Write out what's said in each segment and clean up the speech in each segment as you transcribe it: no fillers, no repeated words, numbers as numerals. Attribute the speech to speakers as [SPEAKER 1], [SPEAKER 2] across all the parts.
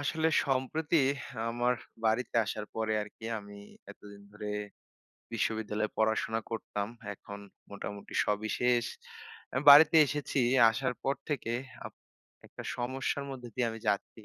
[SPEAKER 1] আসলে সম্প্রতি আমার বাড়িতে আসার পরে আরকি আমি এতদিন ধরে বিশ্ববিদ্যালয়ে পড়াশোনা করতাম। এখন মোটামুটি সবই শেষ। আমি বাড়িতে এসেছি। আসার পর থেকে আপ একটা সমস্যার মধ্যে দিয়ে আমি যাচ্ছি।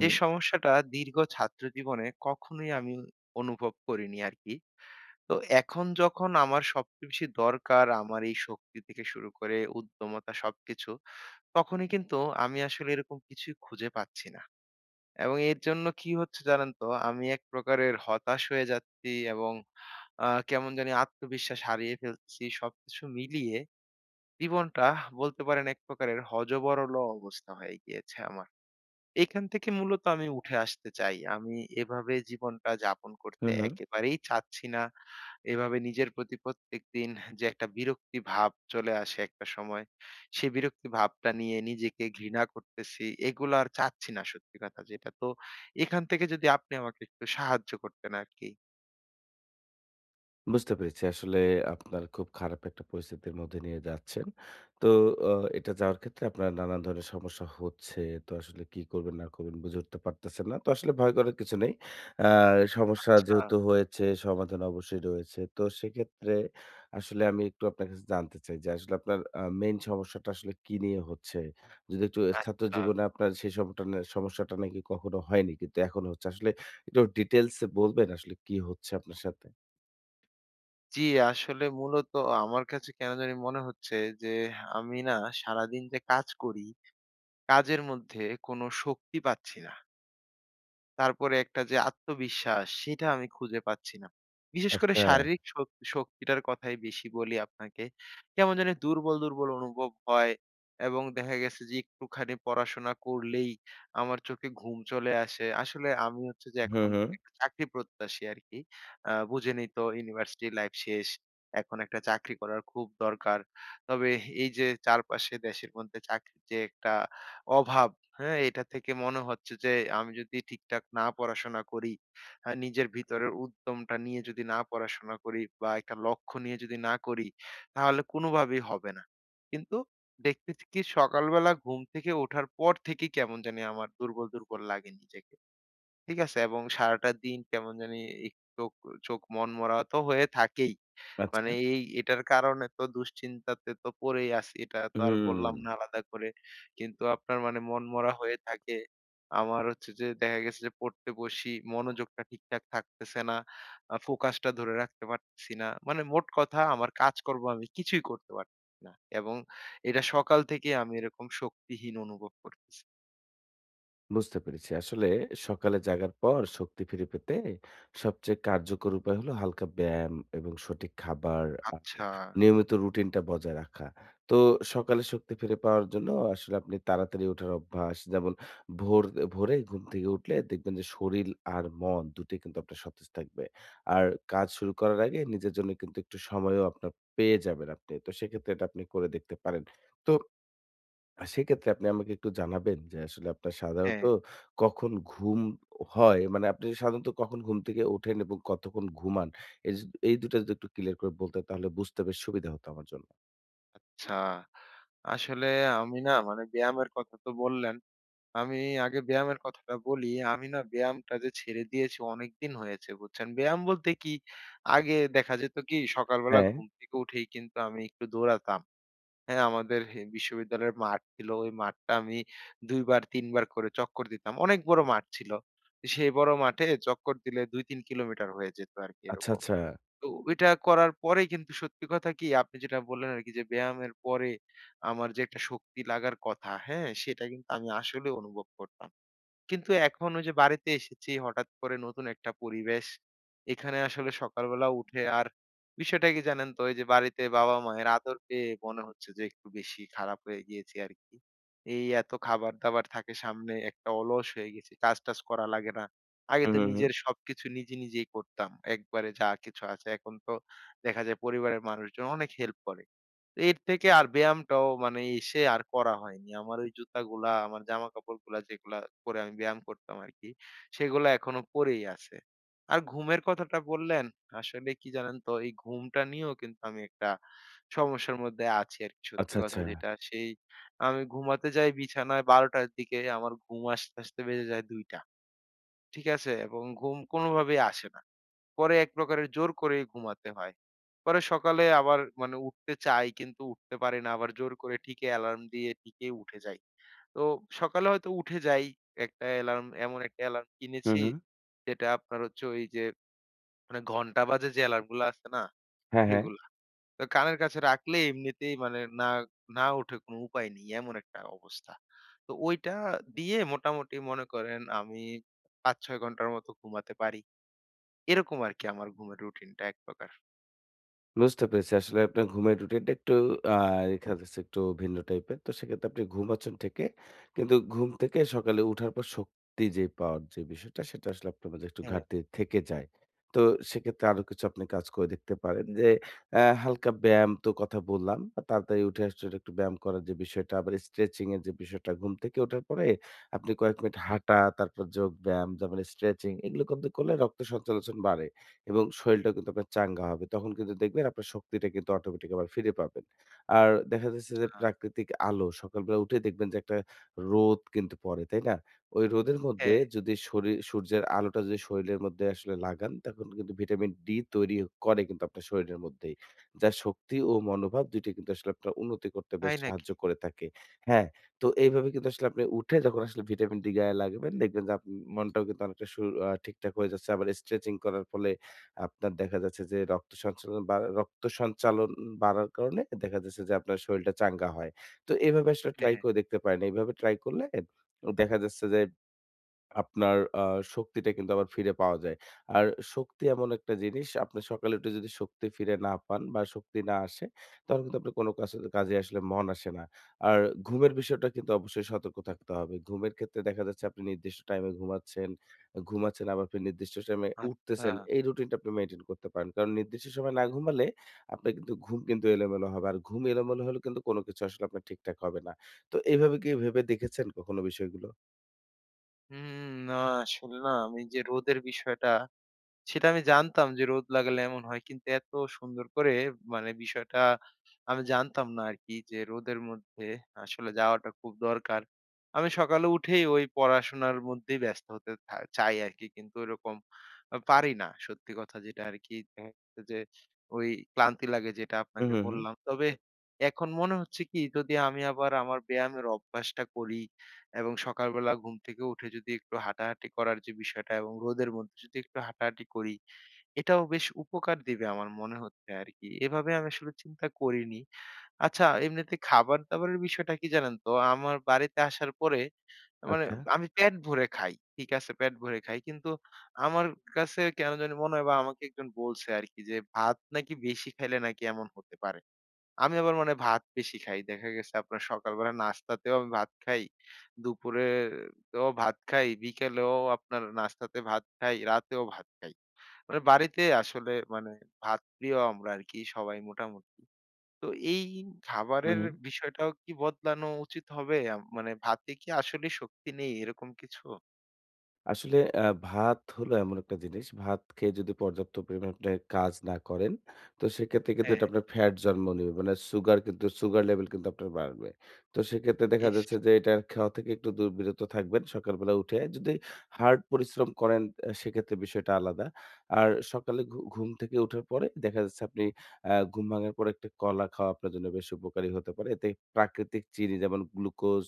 [SPEAKER 1] যে সমস্যাটা দীর্ঘ ছাত্র জীবনে কখনোই আমি অনুভব করিনি আরকি। তো এখন যখন আমার সবচেয়ে বেশি দরকার আমার এই শক্তি থেকে শুরু করে উদ্যমতা সবকিছু, তখনই কিন্তু আমি আসলে এরকম কিছুই খুঁজে পাচ্ছি না। এবং এর জন্য কি হচ্ছে জানেন তো? আমি এক প্রকারের হতাশ হয়ে যাচ্ছি এবং কেমন জানি আত্মবিশ্বাস হারিয়ে ফেলতেছি। সবকিছু মিলিয়ে জীবনটা বলতে পারেন এক প্রকারের হযবরল অবস্থা হয়ে গিয়েছে আমার। এখান থেকে মূলত আমি উঠে আসতে চাই। আমি এভাবে জীবনটা যাপন করতে
[SPEAKER 2] হুম, হুম,
[SPEAKER 1] একেবারেই চাচ্ছি না। এভাবে নিজের প্রতি প্রত্যেকদিন যে একটা বিরক্তি ভাব চলে আসে একটা সময়, সেই বিরক্তি ভাবটা নিয়ে নিজেকে ঘৃণা করতেছি। এগুলো আর চাচ্ছি না সত্যি কথা যেটা। তো এখান থেকে যদি আপনি আমাকে একটু সাহায্য করতেন আরকি।
[SPEAKER 2] বুঝতে পেরেছি। আসলে আপনার খুব খারাপ একটা পরিস্থিতির মধ্যে দিয়ে যাচ্ছেন। তো অ এটা যাওয়ার ক্ষেত্রে আপনার নানান ধরনের সমস্যা হচ্ছে। তো আসলে কি করবেন না করবেন বুঝে উঠতে পারতেছেন না। তো আসলে ভয় করার কিছু নেই। আ সমস্যা
[SPEAKER 1] আচ্ছা,
[SPEAKER 2] যেহেতু হয়েছে সমাধান অবশ্যই রয়েছে। তো সেক্ষেত্রে আসলে আমি একটু আপনার কাছে জানতে চাই যে আসলে আপনার মেইন সমস্যাটা আসলে কি নিয়ে হচ্ছে? যদি একটু ছাত্র
[SPEAKER 1] আচ্ছা।
[SPEAKER 2] জীবনে আপনার সেই সমটা না সমস্যাটা নাকি কখনো হয়নি কিন্তু এখন হচ্ছে। আসলে একটু ডিটেইলস এ বলবেন আসলে কি হচ্ছে আপনার সাথে?
[SPEAKER 1] জি, আসলে মূলত আমার কাছে কেন জানি মনে হচ্ছে যে আমি না সারাদিন যে কাজ করি, কাজের মধ্যে কোনো শক্তি পাচ্ছি না। তারপরে একটা যে আত্মবিশ্বাস সেটা আমি খুঁজে পাচ্ছি না। বিশেষ করে
[SPEAKER 2] আচ্ছা।
[SPEAKER 1] শারীরিক শক্তিটার কথাই বেশি বলি আপনাকে। কেমন জানি দুর্বল, দুর্বল অনুভব হয় এবং দেখা গেছে যে একটুখানি পড়াশোনা করলেই আমার চোখে ঘুম চলে আসে। আসলে আমি হচ্ছে যে
[SPEAKER 2] হুম,
[SPEAKER 1] এখন
[SPEAKER 2] হুম।
[SPEAKER 1] একটা চাকরি প্রত্যাশী আরকি। বুঝেনই তো ইউনিভার্সিটি লাইফ শেষ। এখন একটা চাকরি করার খুব দরকার। তবে এই যে চারপাশে দেশের মধ্যে চাকরির যে একটা অভাব, হ্যাঁ, এটা থেকে মনে হচ্ছে যে আমি যদি ঠিকঠাক না পড়াশোনা করি, নিজের ভিতরের উদ্যমটা নিয়ে যদি না পড়াশোনা করি বা একটা লক্ষ্য নিয়ে যদি না করি, তাহলে কোনোভাবেই হবে না। কিন্তু দেখতেছি কি সকালবেলা ঘুম থেকে ওঠার পর থেকে কেমন জানি আমার দুর্বল, দুর্বল লাগে নিজেকে। ঠিক আছে? এবং সারাটা দিন কেমন জানি এক চোখ চোখ মনমরা তো হয়ে থাকেই।
[SPEAKER 2] আচ্ছা।
[SPEAKER 1] মানে এটার কারণে তো দুশ্চিন্তাতে তো পড়েই আছি। এটা তো আর বললাম না
[SPEAKER 2] হুম।
[SPEAKER 1] আলাদা করে। কিন্তু আপনার মানে মনমরা হয়ে থাকে। আমার হচ্ছে যে দেখা গেছে যে পড়তে বসি, মনোযোগটা ঠিকঠাক থাকতেছে না। ফোকাসটা ধরে রাখতে পারতেছি না। মানে মোট কথা আমার কাজকর্ম আমি কিছুই করতে পারতেছি না। এবং এটা সকাল থেকে আমি এরকম শক্তিহীন অনুভব করতেছি।
[SPEAKER 2] বুঝতে পেরেছি। আসলে সকালে জাগার পর শক্তি ফিরে পেতে সবচেয়ে কার্যকর উপায় হলো হালকা ব্যায়াম এবং সঠিক খাবার আর
[SPEAKER 1] আচ্ছা।
[SPEAKER 2] নিয়মিত রুটিনটা বজায় রাখা। তো সকালে শক্তি ফিরে পাওয়ার জন্য আসলে আপনি তাড়াতাড়ি ওঠার অভ্যাস যেমন ভোর ভোরে ঘুম থেকে উঠলে দেখবেন যে শরীর আর মন দুটোই কিন্তু আপনার সতেজ থাকবে। আর কাজ শুরু করার আগে নিজের জন্য কিন্তু একটু সময়ও আপনার পেয়ে যাবেন আপনি। তো সেক্ষেত্রে এটা আপনি করে দেখতে পারেন। তো সেক্ষেত্রে আপনি আমাকে একটু জানাবেন যে আসলে আপনার সাধারণত
[SPEAKER 1] হ্যাঁ।
[SPEAKER 2] কখন ঘুম হয়? মানে আপনি সাধারণত কখন ঘুম থেকে ওঠেন এবং কতক্ষণ ঘুমান? এই জ এই ২ টা যদি একটু ক্লিয়ার করে বলতেন তাহলে বুঝতে বেশ সুবিধা হতো আমার জন্য।
[SPEAKER 1] আচ্ছা। আসলে আমি না মানে ব্যায়ামের কথা তো বললেন। আমি আগে ব্যায়ামের কথাটা বলি। আমি না ব্যায়ামটা যে ছেড়ে দিয়েছি অনেকদিন হয়েছে বুঝছেন? ব্যায়াম বলতে কি আগে দেখা যেত কি সকালবেলা
[SPEAKER 2] হ্যাঁ।
[SPEAKER 1] ঘুম থেকে উঠেই কিন্তু আমি একটু দৌড়াতাম। হ্যাঁ, আমাদের বিশ্ববিদ্যালয়ের মাঠ ছিল। ওই মাঠটা আমি ২ বার ৩ বার করে চক্কর দিতাম। অনেক বড় মাঠ ছিল। সেই বড় মাঠে চক্কর দিলে ২-৩ কিলোমিটার হয়ে যেত আরকি
[SPEAKER 2] আচ্ছা,
[SPEAKER 1] এরকম।
[SPEAKER 2] আচ্ছা।
[SPEAKER 1] তো ওইটা করার পরেই কিন্তু সত্যি কথা কি আপনি যেটা বললেন আরকি যে ব্যায়ামের পরে আমার যে একটা শক্তি লাগার কথা, হ্যাঁ? সেটা কিন্তু আমি আসলেও অনুভব করতাম। কিন্তু এখন ওই যে বাড়িতে এসেছি হঠাৎ করে নতুন একটা পরিবেশ। এখানে আসলে সকালবেলা উঠে আর বিষয়টা কি জানেন তো? ওই যে বাড়িতে বাবা-মায়ের আদর পেয়ে মনে হচ্ছে যে একটু বেশি খারাপ হয়ে গিয়েছি আরকি। এই এত খাবার-দাবার থাকে সামনে, একটা অলস হয়ে গেছি। কাজ-টাজ করা লাগে না। আগে
[SPEAKER 2] হুম,
[SPEAKER 1] তো
[SPEAKER 2] হুম, হুম।
[SPEAKER 1] নিজের সবকিছু নিজে, নিজেই করতাম। একবারে যা কিছু আছে। এখন তো দেখা যায় পরিবারের মানুষজন অনেক হেল্প করে। এর থেকে আর ব্যায়ামটাও মানে এসে আর করা হয়নি। আমার ওই জুতাগুলা, আমার জামাকাপড়গুলা যেগুলা পরে আমি ব্যায়াম করতাম আরকি, সেগুলা এখনো পরেই আছে। আর ঘুমের কথাটা বললেন, আসলে কি জানেন তো? এই ঘুমটা নিয়েও কিন্তু আমি একটা সমস্যার মধ্যে আছি আরকি
[SPEAKER 2] আচ্ছা,
[SPEAKER 1] সত্যি কথা
[SPEAKER 2] আচ্ছা।
[SPEAKER 1] যেটা। আমি ঘুমাতে যাই বিছানায় ১২ টার দিকে, আমার ঘুম আসতে, আসতে বেজে যায় ২ টা। ঠিক আছে? এবং ঘুম কোনোভাবেই আসে না। পরে এক প্রকারের জোর করে ঘুমাতে হয়। পরে সকালে আবার মানে উঠতে চাই কিন্তু উঠতে পারি না। আবার জোর করে ঠিকই অ্যালার্ম দিয়ে ঠিকই উঠে যাই। তো সকালে হয়তো উঠে যাই। একটা অ্যালার্ম এমন একটা অ্যালার্ম
[SPEAKER 2] হুম,
[SPEAKER 1] কিনেছি
[SPEAKER 2] হুম।
[SPEAKER 1] যেটা আপনার হচ্ছে ওই যে মানে ঘন্টা বাজে যে অ্যালার্ম গুলা আছে না
[SPEAKER 2] হ্যাঁ, হ্যাঁ।
[SPEAKER 1] সেগুলা। তো কানের কাছে রাখলে এমনিতেই মানে না, না উঠে কোনো উপায় নেই এমন একটা অবস্থা। তো ওইটা দিয়ে মোটামুটি মনে করেন আমি ৫-৬ ঘন্টার মতো ঘুমাতে পারি। এরকম আরকি আমার ঘুমের রুটিনটা এক প্রকার।
[SPEAKER 2] বুঝতে পেরেছি। আসলে আপনার ঘুমের রুটিনটা একটু আ দেখা যাচ্ছে একটু ভিন্ন টাইপের। তো সেক্ষেত্রে আপনি ঘুমাচ্ছেন ঠিকই। কিন্তু ঘুম থেকে সকালে উঠার পর শক্তি যে পাওয়ার যে বিষয়টা সেটা আসলে আপনার মাঝে একটু
[SPEAKER 1] হ্যাঁ,
[SPEAKER 2] ঘাটতি থেকে যায়। তো সেক্ষেত্রে আরো কিছু আপনি কাজ করে দেখতে পারেন যে হালকা ব্যায়াম তো কথা বললাম। আর তাড়াতাড়ি উঠে আসলে একটু ব্যায়াম করার যে বিষয়টা আবার স্ট্রেচিং এর যে বিষয়টা ঘুম থেকে ওঠার পরে আপনি কয়েক মিনিট হাঁটা, তারপর যোগ ব্যায়াম, তারপরে স্ট্রেচিং এগুলো কিন্তু করলে রক্ত সঞ্চালন বাড়ে। এবং শরীরটাও কিন্তু আপনার চাঙ্গা হবে। তখন কিন্তু দেখবেন আপনার শক্তিটা কিন্তু অটোমেটিক আবার ফিরে পাবেন। আর দেখা যাচ্ছে যে
[SPEAKER 1] আ
[SPEAKER 2] প্রাকৃতিক আলো সকালবেলা উঠে দেখবেন যে একটা রোদ কিন্তু পড়ে, তাই না? ওই রোদের মধ্যে
[SPEAKER 1] হ্যাঁ,
[SPEAKER 2] যদি শরীর সূর্যের আলোটা যদি শরীরের মধ্যে আসলে লাগান তখন কিন্তু ভিটামিন ডি তৈরি করে কিন্তু আপনার শরীরের মধ্যেই। যার শক্তি ও মনোভাব ২ টাই কিন্তু আসলে আপনার উন্নতি করতে বেশ
[SPEAKER 1] তাই
[SPEAKER 2] সাহায্য
[SPEAKER 1] নাকি?
[SPEAKER 2] করে থাকে। হ্যাঁ, তো এইভাবে কিন্তু আসলে আপনি উঠে যখন আসলে ভিটামিন ডি গায়ে লাগাবেন দেখবেন যে মনটাও কিন্তু অনেকটা সু আ ঠিকঠাক হয়ে যাচ্ছে। আবার স্ট্রেচিং করার ফলে আপনার দেখা যাচ্ছে যে রক্ত সঞ্চালন বাড়ার কারণে দেখা যাচ্ছে যে আপনার শরীরটা চাঙ্গা হয়। তো এভাবে আসলে ট্রাই
[SPEAKER 1] হ্যাঁ,
[SPEAKER 2] করে দেখতে পারেন। এভাবে ট্রাই করলে দেখা যাচ্ছে যে আপনার শক্তিটা কিন্তু আবার ফিরে পাওয়া যায়। আর শক্তি এমন একটা জিনিস আপনি সকালে উঠে যদি শক্তি ফিরে না পান বা শক্তি না আসে, তখন কিন্তু আপনার কোনো কাজে আসলে মন আসে না। আর ঘুমের বিষয়টা কিন্তু অবশ্যই সতর্ক থাকতে হবে। ঘুমের ক্ষেত্রে দেখা যাচ্ছে আপনি নির্দিষ্ট টাইমে ঘুমাচ্ছেন, ঘুমাচ্ছেন আবার ফির নির্দিষ্ট টাইমে
[SPEAKER 1] আচ্ছা।
[SPEAKER 2] উঠতেছেন। এই রুটিনটা আপনি মেইনটেইন করতে পারেন। কারণ নির্দিষ্ট সময় না ঘুমালে আপনার কিন্তু ঘুম কিন্তু এলোমেলো হবে। আর ঘুম এলোমেলো হলে কিন্তু কোনো কিছু আসলে আপনার ঠিকঠাক হবে না। তো এভাবে কি ভেবে দেখেছেন কখনো বিষয়গুলো?
[SPEAKER 1] হুম, না আসলে না আমি যে রোদের বিষয়টা, সেটা আমি জানতাম যে রোদ লাগালে এমন হয়। কিন্তু এত সুন্দর করে মানে বিষয়টা আমি জানতাম না আরকি যে রোদের মধ্যে আসলে যাওয়াটা খুব দরকার। আমি সকালে উঠেই ওই পড়াশোনার মধ্যেই ব্যস্ত হতে চাই আরকি। কিন্তু ওইরকম পারি না। সত্যি কথা যেটা আরকি দেখা গেছে যে ওই ক্লান্তি লাগে যেটা
[SPEAKER 2] হু,
[SPEAKER 1] আপনাকে
[SPEAKER 2] হু, হু।
[SPEAKER 1] বললাম। তবে এখন মনে হচ্ছে কি যদি আমি আবার আমার ব্যায়ামের অভ্যাসটা করি এবং সকালবেলা ঘুম থেকে উঠে যদি একটু হাঁটাহাঁটি করার যে বিষয়টা এবং রোদের মধ্যে যদি একটু হাঁটাহাঁটি করি, এটাও বেশ উপকার দিবে আমার মনে হচ্ছে আরকি। এভাবে আমি আসলে চিন্তা করিনি। আচ্ছা এমনিতে খাবার-দাবারের বিষয়টা কি জানেন তো? আমার বাড়িতে আসার পরে মানে
[SPEAKER 2] আচ্ছা।
[SPEAKER 1] আমি পেট ভরে খাই। ঠিক আছে, পেট ভরে খাই। কিন্তু আমার কাছে কেন জানি মনে হয় বা আমাকে একজন বলছে আরকি যে, "ভাত নাকি বেশি খাইলে নাকি এমন হতে পারে।" আমি আবার মানে ভাত বেশি খাই। দেখা গেছে আপনার সকালবেলা নাস্তাতেও আমি ভাত খাই। দুপুরেও ভাত খাই। বিকেলেও আপনার নাস্তাতে ভাত খাই। রাতেও ভাত খাই। মানে বাড়িতে আসলে মানে ভাত প্রিয় আমরা আরকি সবাই মোটামুটি। তো এই খাবারের
[SPEAKER 2] হুম।
[SPEAKER 1] বিষয়টাও কি বদলানো উচিত হবে? মানে ভাতে কি আসলেই শক্তি নেই এরকম কিছু?
[SPEAKER 2] আসলে ভাত হলো এমন একটা জিনিস, ভাত খেয়ে যদি পর্যাপ্ত পরিমাণে আপনি কাজ না করেন, তো সেক্ষেত্রে কিন্তু
[SPEAKER 1] হ্যাঁ,
[SPEAKER 2] এটা আপনার ফ্যাট জন্ম নিবে। মানে সুগার লেভেল কিন্তু আপনার বাড়বে। তো সেক্ষেত্রে দেখা
[SPEAKER 1] ইস!
[SPEAKER 2] যাচ্ছে যে এটা খাওয়া থেকে একটু দূর বিরত থাকবেন সকালবেলা উঠে। যদি হার্ড পরিশ্রম করেন সেক্ষেত্রে বিষয়টা আলাদা। আর সকালে ঘুম থেকে উঠার পরে দেখা যাচ্ছে আপনি ঘুম ভাঙার পরে একটা কলা খাওয়া আপনার জন্য বেশ উপকারী হতে পারে। এতে প্রাকৃতিক চিনি যেমন গ্লুকোজ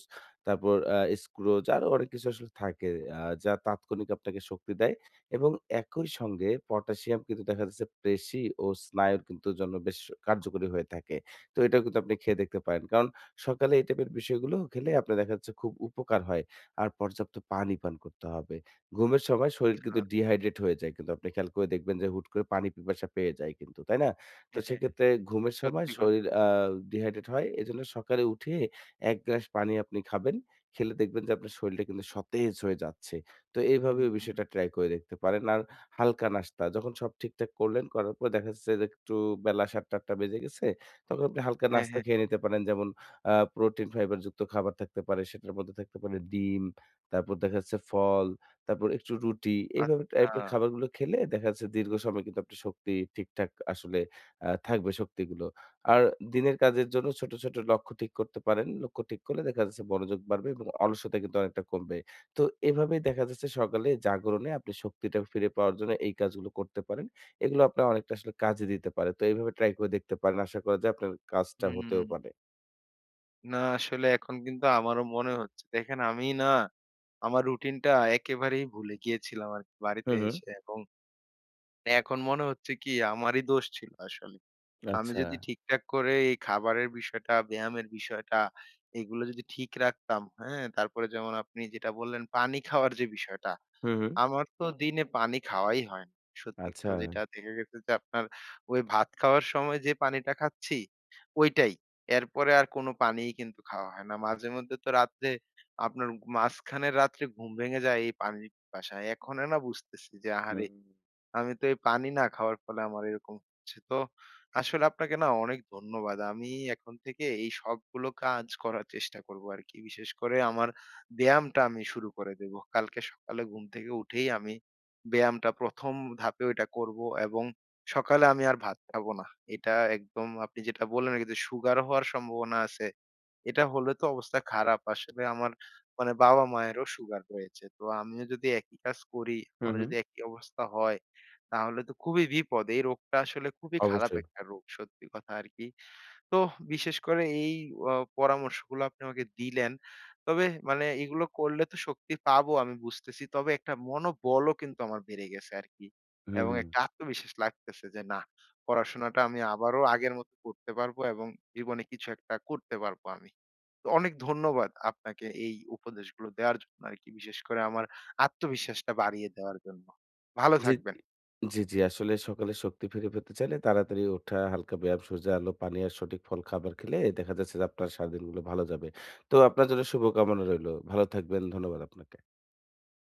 [SPEAKER 2] তারপর স্ক্রুজ আরো অনেক কিছু আসলে থাকে যা তাৎক্ষণিক আপনাকে শক্তি দেয় এবং একই সঙ্গে পটাশিয়াম কিন্তু দেখা যাচ্ছে পেশি ও স্নায়ুর কিন্তু জন্য বেশ কার্যকরী হয়ে থাকে। তো এটাও কিন্তু আপনি খেয়ে দেখতে পারেন। কারণ সকালে এই টাইপের বিষয়গুলো খেলে আপনার দেখা যাচ্ছে খুব উপকার হয়। আর পর্যাপ্ত পানি পান করতে হবে। ঘুমের সময় শরীর কিন্তু
[SPEAKER 1] আ
[SPEAKER 2] ডিহাইড্রেট হয়ে যায় কিন্তু আপনি খেয়াল করে দেখবেন যে হুট করে পানি পিপাসা পেয়ে যায় কিন্তু, তাই না? তো
[SPEAKER 1] হ্যাঁ,
[SPEAKER 2] সেক্ষেত্রে ঘুমের সময়
[SPEAKER 1] সত্যি কথা।
[SPEAKER 2] শরীর ডিহাইড্রেট হয়। এজন্য সকালে উঠে এক গ্লাস পানি আপনি খাবেন। খেলে দেখবেন যে আপনার শরীলটা কিন্তু সতেজ হয়ে যাচ্ছে। তো এইভাবে
[SPEAKER 1] হুম,
[SPEAKER 2] ওই বিষয়টা ট্রাই করে দেখতে পারেন। আর হালকা নাস্তা যখন সব ঠিকঠাক করলেন, করার পর দেখা যাচ্ছে যে একটু বেলা ৭:০০-৮:০০ বেজে গেছে। তখন আপনি হালকা
[SPEAKER 1] হ্যাঁ,
[SPEAKER 2] নাস্তা
[SPEAKER 1] হ্যাঁ।
[SPEAKER 2] খেয়ে নিতে পারেন। যেমন প্রোটিন ফাইবার যুক্ত খাবার থাকতে পারে। সেটার মধ্যে থাকতে পারে ডিম, তারপর দেখা যাচ্ছে ফল, তারপর একটু রুটি। এইভাবে
[SPEAKER 1] আচ্ছা।
[SPEAKER 2] টাইপের খাবারগুলো খেলে দেখা যাচ্ছে দীর্ঘ সময় কিন্তু আপনার শক্তি ঠিকঠাক আসলে থাকবে শক্তিগুলো। আর দিনের কাজের জন্য ছোট, ছোট লক্ষ্য ঠিক করতে পারেন। লক্ষ্য ঠিক করলে দেখা যাচ্ছে মনোযোগ বাড়বে এবং অলসতা কিন্তু অনেকটা কমবে। তো এভাবেই দেখা যাচ্ছে সকালে জাগরণে আপনি শক্তিটা ফিরে পাওয়ার জন্য এই কাজগুলো করতে পারেন। এগুলো আপনার অনেকটা আসলে কাজে দিতে পারে। তো এইভাবে ট্রাই করে দেখতে পারেন। আশা করা যায় আপনার কাজটা
[SPEAKER 1] হুম।
[SPEAKER 2] হতেও পারে।
[SPEAKER 1] না আসলে এখন কিন্তু আমারও মনে হচ্ছে। দেখেন আমি না আমার রুটিনটা একেবারেই ভুলে গিয়েছিলাম আরকি
[SPEAKER 2] হু,
[SPEAKER 1] বাড়িতে
[SPEAKER 2] হু।
[SPEAKER 1] এসে এবং এখন মনে হচ্ছে কি আমারই দোষ ছিল আসলে। আমি
[SPEAKER 2] আচ্ছা।
[SPEAKER 1] যদি ঠিকঠাক করে এই খাবারের বিষয়টা, ব্যায়ামের বিষয়টা এগুলো যদি ঠিক রাখতাম, হ্যাঁ? তারপরে যেমন আপনি যেটা বললেন পানি খাওয়ার যে বিষয়টা,
[SPEAKER 2] হু, হু।
[SPEAKER 1] আমার তো দিনে পানি খাওয়াই হয় না। সত্যি
[SPEAKER 2] আচ্ছা।
[SPEAKER 1] কথা যেটা দেখা গেছে যে আপনার ওই ভাত খাওয়ার সময় যে পানিটা খাচ্ছি, ওইটাই। এরপরে আর কোনো পানিই কিন্তু খাওয়া হয় না। মাঝেমধ্যে তো রাত্রে আপনার মাঝখানের রাত্রে ঘুম ভেঙে যায় এই পানির পিপাসায়। এখন না বুঝতেছি যে আহারে!
[SPEAKER 2] হুম।
[SPEAKER 1] আমি তো এই পানি না খাওয়ার ফলে আমার এরকম হচ্ছে। তো আসলে আপনাকে না অনেক ধন্যবাদ। আমি এখন থেকে এই সবগুলো কাজ করার চেষ্টা করব আরকি। বিশেষ করে আমার ব্যায়ামটা আমি শুরু করে দেব। কালকে সকালে ঘুম থেকে উঠেই আমি ব্যায়ামটা ১ম ধাপে ওইটা করব এবং সকালে আমি আর ভাত খাবো না। এটা একদম আপনি যেটা বললেন আরকি যে সুগার হওয়ার সম্ভাবনা আছে। এটা হলে তো অবস্থা খারাপ। আসলে আমার মানে বাবা-মায়েরও সুগার রয়েছে। তো আমিও যদি একই কাজ করি,
[SPEAKER 2] হু,
[SPEAKER 1] আমারও
[SPEAKER 2] হু।
[SPEAKER 1] যদি একই অবস্থা হয়, তাহলে তো খুবই বিপদ। এই রোগটা আসলে খুবই খারাপ
[SPEAKER 2] অবশ্যই।
[SPEAKER 1] একটা রোগ, সত্যি কথা আরকি। তো বিশেষ করে এই অ পরামর্শগুলো আপনি আমাকে দিলেন। তবে মানে এগুলো করলে তো শক্তি পাবো আমি বুঝতেছি। তবে একটা মনোবলও কিন্তু আমার বেড়ে গেছে আরকি।
[SPEAKER 2] হু,
[SPEAKER 1] এবং
[SPEAKER 2] হু।
[SPEAKER 1] একটা আত্মবিশ্বাস লাগতেছে যে না, পড়াশোনাটা আমি আবারও আগের মতো করতে পারবো এবং জীবনে কিছু একটা করতে পারবো আমি। তো অনেক ধন্যবাদ আপনাকে এই উপদেশগুলো দেওয়ার জন্য আরকি। বিশেষ করে আমার আত্মবিশ্বাসটা বাড়িয়ে দেওয়ার জন্য। ভালো
[SPEAKER 2] জি,
[SPEAKER 1] থাকবেন।
[SPEAKER 2] জি, জি। আসলে সকালে শক্তি ফিরে পেতে চাইলে তাড়াতাড়ি ওঠা, হালকা ব্যায়াম, সূর্যের আলো, পানি আর সঠিক ফল খাবার খেলে দেখা যাচ্ছে যে আপনার সারাদিনগুলো ভালো যাবে। তো আপনার জন্য শুভকামনা রইলো। ভালো থাকবেন। ধন্যবাদ আপনাকে।